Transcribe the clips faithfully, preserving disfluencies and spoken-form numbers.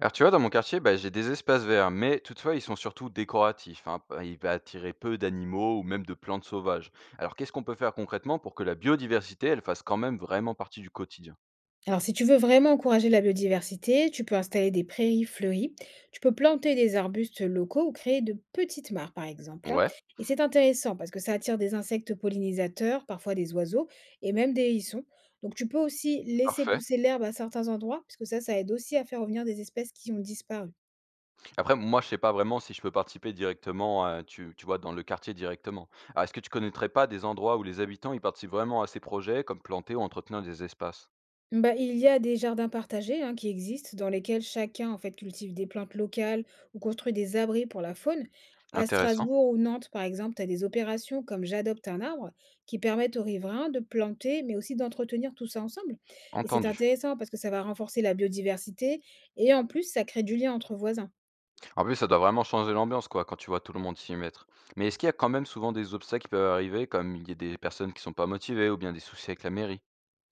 Alors tu vois, dans mon quartier, bah, j'ai des espaces verts, mais toutefois, ils sont surtout décoratifs. Hein, pa- il va attirer peu d'animaux ou même de plantes sauvages. Alors qu'est-ce qu'on peut faire concrètement pour que la biodiversité, elle fasse quand même vraiment partie du quotidien? Alors, si tu veux vraiment encourager la biodiversité, tu peux installer des prairies fleuries, tu peux planter des arbustes locaux ou créer de petites mares, par exemple, hein. Ouais, Et c'est intéressant parce que ça attire des insectes pollinisateurs, parfois des oiseaux et même des hérissons. Donc, tu peux aussi laisser parfait. pousser l'herbe à certains endroits, puisque ça, ça aide aussi à faire revenir des espèces qui ont disparu. Après, moi, je sais pas vraiment si je peux participer directement, euh, tu, tu vois, dans le quartier directement. Alors, est-ce que tu connaîtrais pas des endroits où les habitants, ils participent vraiment à ces projets, comme planter ou entretenir des espaces? Bah, il y a des jardins partagés hein, qui existent, dans lesquels chacun en fait cultive des plantes locales ou construit des abris pour la faune. À Intéressant. Strasbourg ou Nantes, par exemple, tu as des opérations comme J'adopte un arbre qui permettent aux riverains de planter, mais aussi d'entretenir tout ça ensemble. Et c'est Entendu. intéressant parce que ça va renforcer la biodiversité et en plus, ça crée du lien entre voisins. En plus, ça doit vraiment changer l'ambiance, quoi, quand tu vois tout le monde s'y mettre. Mais est-ce qu'il y a quand même souvent des obstacles qui peuvent arriver, comme il y a des personnes qui sont pas motivées ou bien des soucis avec la mairie?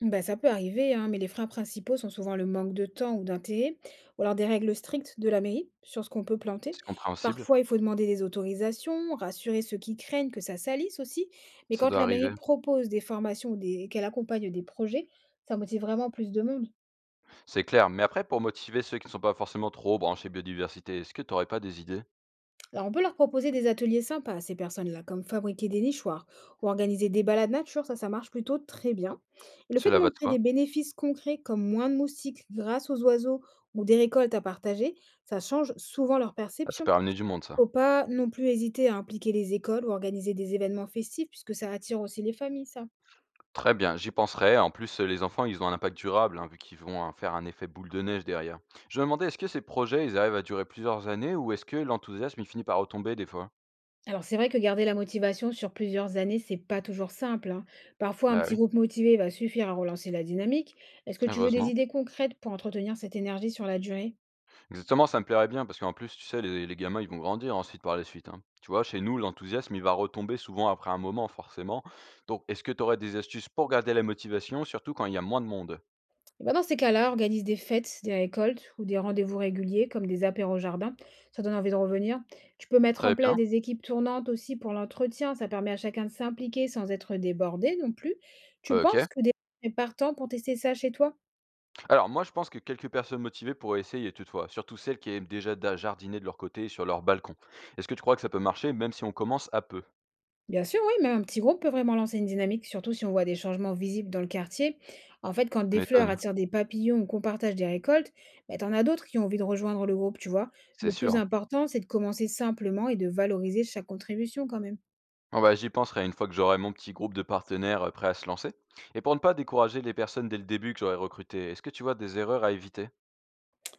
Bah, ça peut arriver, hein, mais les freins principaux sont souvent le manque de temps ou d'intérêt, ou alors des règles strictes de la mairie sur ce qu'on peut planter. C'est compréhensible, Parfois, il faut demander des autorisations, rassurer ceux qui craignent que ça salisse aussi. Mais ça quand doit la mairie arriver. propose des formations ou des... qu'elle accompagne des projets, ça motive vraiment plus de monde. C'est clair. Mais après, pour motiver ceux qui ne sont pas forcément trop branchés biodiversité, est-ce que tu aurais pas des idées? Alors, on peut leur proposer des ateliers sympas à ces personnes-là, comme fabriquer des nichoirs ou organiser des balades nature, ça, ça marche plutôt très bien. Et le fait de Cela va de montrer soi. des bénéfices concrets comme moins de moustiques grâce aux oiseaux ou des récoltes à partager, ça change souvent leur Ah, ça perception. peut ramener du monde, ça. Faut pas non plus hésiter à impliquer les écoles ou organiser des événements festifs puisque ça attire aussi les familles, ça. Très bien, j'y penserai. En plus, euh, les enfants, ils ont un impact durable, hein, vu qu'ils vont euh, faire un effet boule de neige derrière. Je me demandais, est-ce que ces projets, ils arrivent à durer plusieurs années ou est-ce que l'enthousiasme, il finit par retomber des fois? Alors c'est vrai que garder la motivation sur plusieurs années, c'est pas toujours simple, hein. Parfois, un Bah petit oui, groupe motivé va suffire à relancer la dynamique. Est-ce que tu veux des heureusement. idées concrètes pour entretenir cette énergie sur la durée? Exactement, ça me plairait bien parce qu'en plus, tu sais, les les gamins, ils vont grandir ensuite par la suite, hein. Tu vois, chez nous, l'enthousiasme, il va retomber souvent après un moment, forcément. Donc, est-ce que tu aurais des astuces pour garder la motivation, surtout quand il y a moins de monde? Eh ben, dans ces cas-là, organise des fêtes, des récoltes ou des rendez-vous réguliers comme des apéros au jardin. Ça donne envie de revenir. Tu peux mettre Très en place bien, des équipes tournantes aussi pour l'entretien. Ça permet à chacun de s'impliquer sans être débordé non plus. Tu OK. penses que des gens sont partants pour tester ça chez toi? Alors moi, je pense que quelques personnes motivées pourraient essayer toutefois, surtout celles qui aiment déjà da jardiner de leur côté et sur leur balcon. Est-ce que tu crois que ça peut marcher même si on commence à peu? Bien sûr, oui, même un petit groupe peut vraiment lancer une dynamique, surtout si on voit des changements visibles dans le quartier. En fait, quand des fleurs M'étonne. attirent des papillons ou qu'on partage des récoltes, bah, t'en as d'autres qui ont envie de rejoindre le groupe, tu vois. C'est Le plus sûr. important, c'est de commencer simplement et de valoriser chaque contribution quand même. Bon bah, j'y penserai une fois que j'aurai mon petit groupe de partenaires, heu, prêts à se lancer. Et pour ne pas décourager les personnes dès le début que j'aurais recrutées, est-ce que tu vois des erreurs à éviter?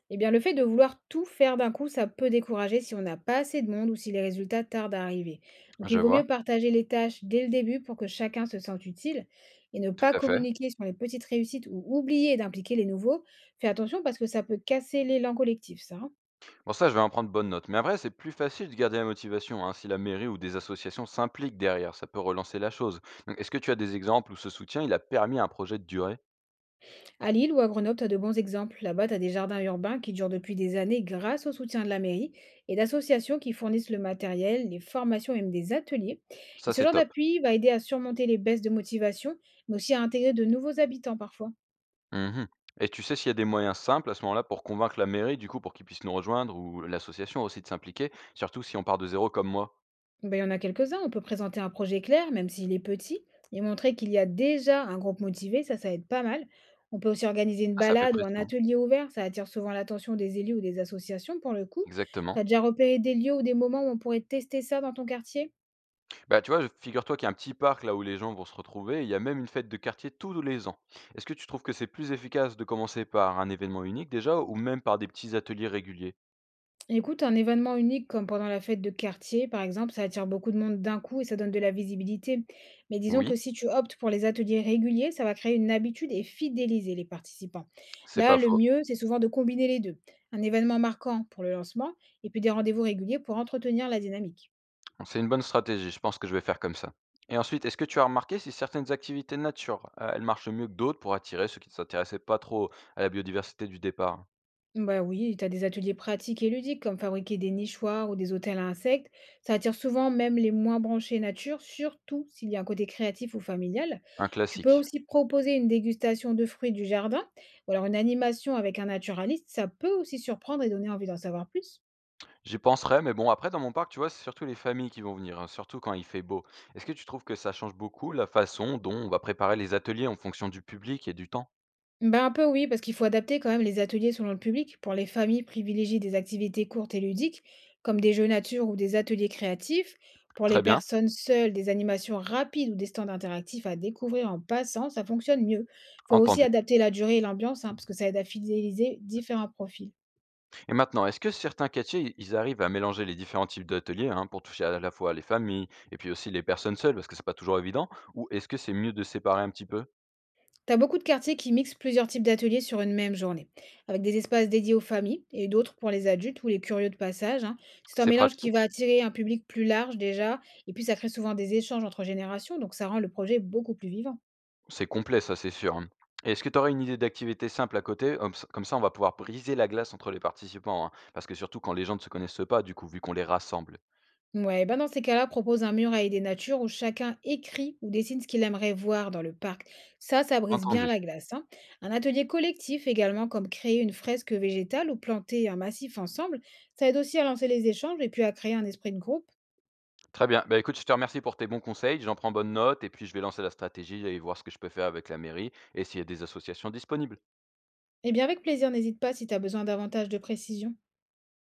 Eh bien, le fait de vouloir tout faire d'un coup, ça peut décourager si on n'a pas assez de monde ou si les résultats tardent à arriver. Donc, Je il vaut vois, mieux partager les tâches dès le début pour que chacun se sente utile et ne tout pas à fait. communiquer sur les petites réussites ou oublier d'impliquer les nouveaux. Fais attention parce que ça peut casser l'élan collectif, ça, hein. Bon ça, je vais en prendre bonne note. Mais après, c'est plus facile de garder la motivation, hein, si la mairie ou des associations s'impliquent derrière, ça peut relancer la chose. Donc, est-ce que tu as des exemples où ce soutien, il a permis à un projet de durer? À Lille ou à Grenoble, tu as de bons exemples. Là-bas, tu as des jardins urbains qui durent depuis des années grâce au soutien de la mairie et d'associations qui fournissent le matériel, les formations et même des ateliers. Et Ça, ce c'est genre top. d'appui va aider à surmonter les baisses de motivation, mais aussi à intégrer de nouveaux habitants parfois. Mhm. Et tu sais s'il y a des moyens simples à ce moment-là pour convaincre la mairie, du coup, pour qu'ils puissent nous rejoindre ou l'association aussi de s'impliquer, surtout si on part de zéro comme moi? Bon, ben, il y en a quelques-uns, on peut présenter un projet clair, même s'il est petit, et montrer qu'il y a déjà un groupe motivé, ça, ça aide pas mal. On peut aussi organiser une Ah, ça fait balade ou un pression. atelier ouvert, ça attire souvent l'attention des élus ou des associations pour le coup. Exactement. T'as déjà repéré des lieux ou des moments où on pourrait tester ça dans ton quartier? Bah, tu vois, je- figure-toi qu'il y a un petit parc là où les gens vont se retrouver, il y a même une fête de quartier tous les ans. Est-ce que tu trouves que c'est plus efficace de commencer par un événement unique déjà ou même par des petits ateliers réguliers? Écoute, un événement unique comme pendant la fête de quartier, par exemple, ça attire beaucoup de monde d'un coup et ça donne de la visibilité. Mais disons Oui, que si tu optes pour les ateliers réguliers, ça va créer une habitude et fidéliser les participants. c'est Là, pas le faux. mieux, c'est souvent de combiner les deux. Un événement marquant pour le lancement et puis des rendez-vous réguliers pour entretenir la dynamique. C'est une bonne stratégie, je pense que je vais faire comme ça. Et ensuite, est-ce que tu as remarqué si certaines activités de nature, euh, elles marchent mieux que d'autres pour attirer ceux qui ne s'intéressaient pas trop à la biodiversité du départ? Bah oui, tu as des ateliers pratiques et ludiques comme fabriquer des nichoirs ou des hôtels à insectes. Ça attire souvent même les moins branchés nature, surtout s'il y a un côté créatif ou familial. Un Tu peux classique. aussi proposer une dégustation de fruits du jardin ou alors une animation avec un naturaliste. Ça peut aussi surprendre et donner envie d'en savoir plus. J'y penserai, mais bon, après, dans mon parc, tu vois, c'est surtout les familles qui vont venir, hein, surtout quand il fait beau. Est-ce que tu trouves que ça change beaucoup la façon dont on va préparer les ateliers en fonction du public et du temps? Ben un peu oui, parce qu'il faut adapter quand même les ateliers selon le public. Pour les familles, privilégier des activités courtes et ludiques, comme des jeux nature ou des ateliers créatifs. Pour les Très bien, personnes seules, des animations rapides ou des stands interactifs à découvrir en passant, ça fonctionne mieux. Il faut aussi entendu. adapter la durée et l'ambiance, hein, parce que ça aide à fidéliser différents profils. Et maintenant, est-ce que certains quartiers, i- ils arrivent à mélanger les différents types d'ateliers hein, pour toucher à la fois les familles et puis aussi les personnes seules, parce que c'est pas toujours évident, ou est-ce que c'est mieux de séparer un petit peu? T'as beaucoup de quartiers qui mixent plusieurs types d'ateliers sur une même journée, avec des espaces dédiés aux familles et d'autres pour les adultes ou les curieux de passage, hein. C'est un C'est mélange qui va pratique. attirer un public plus large déjà, et puis ça crée souvent des échanges entre générations, donc ça rend le projet beaucoup plus vivant. C'est complet, ça, c'est sûr, hein. Et est-ce que tu aurais une idée d'activité simple à côté? Hom s Comme ça, on va pouvoir briser la glace entre les participants, hein, parce que surtout quand les gens ne se connaissent pas, du coup, vu qu'on les rassemble. Ouais, ben dans ces cas-là, propose un mur à idées nature où chacun écrit ou dessine ce qu'il aimerait voir dans le parc. Ça, ça brise bien Entendu. la glace, hein. Un atelier collectif également, comme créer une fresque végétale ou planter un massif ensemble, ça aide aussi à lancer les échanges et puis à créer un esprit de groupe. Très bien. Bah, écoute, je te remercie pour tes bons conseils, j'en prends bonne note et puis je vais lancer la stratégie et voir ce que je peux faire avec la mairie et s'il y a des associations disponibles. Eh bien, avec plaisir, n'hésite pas si tu as besoin davantage de précision.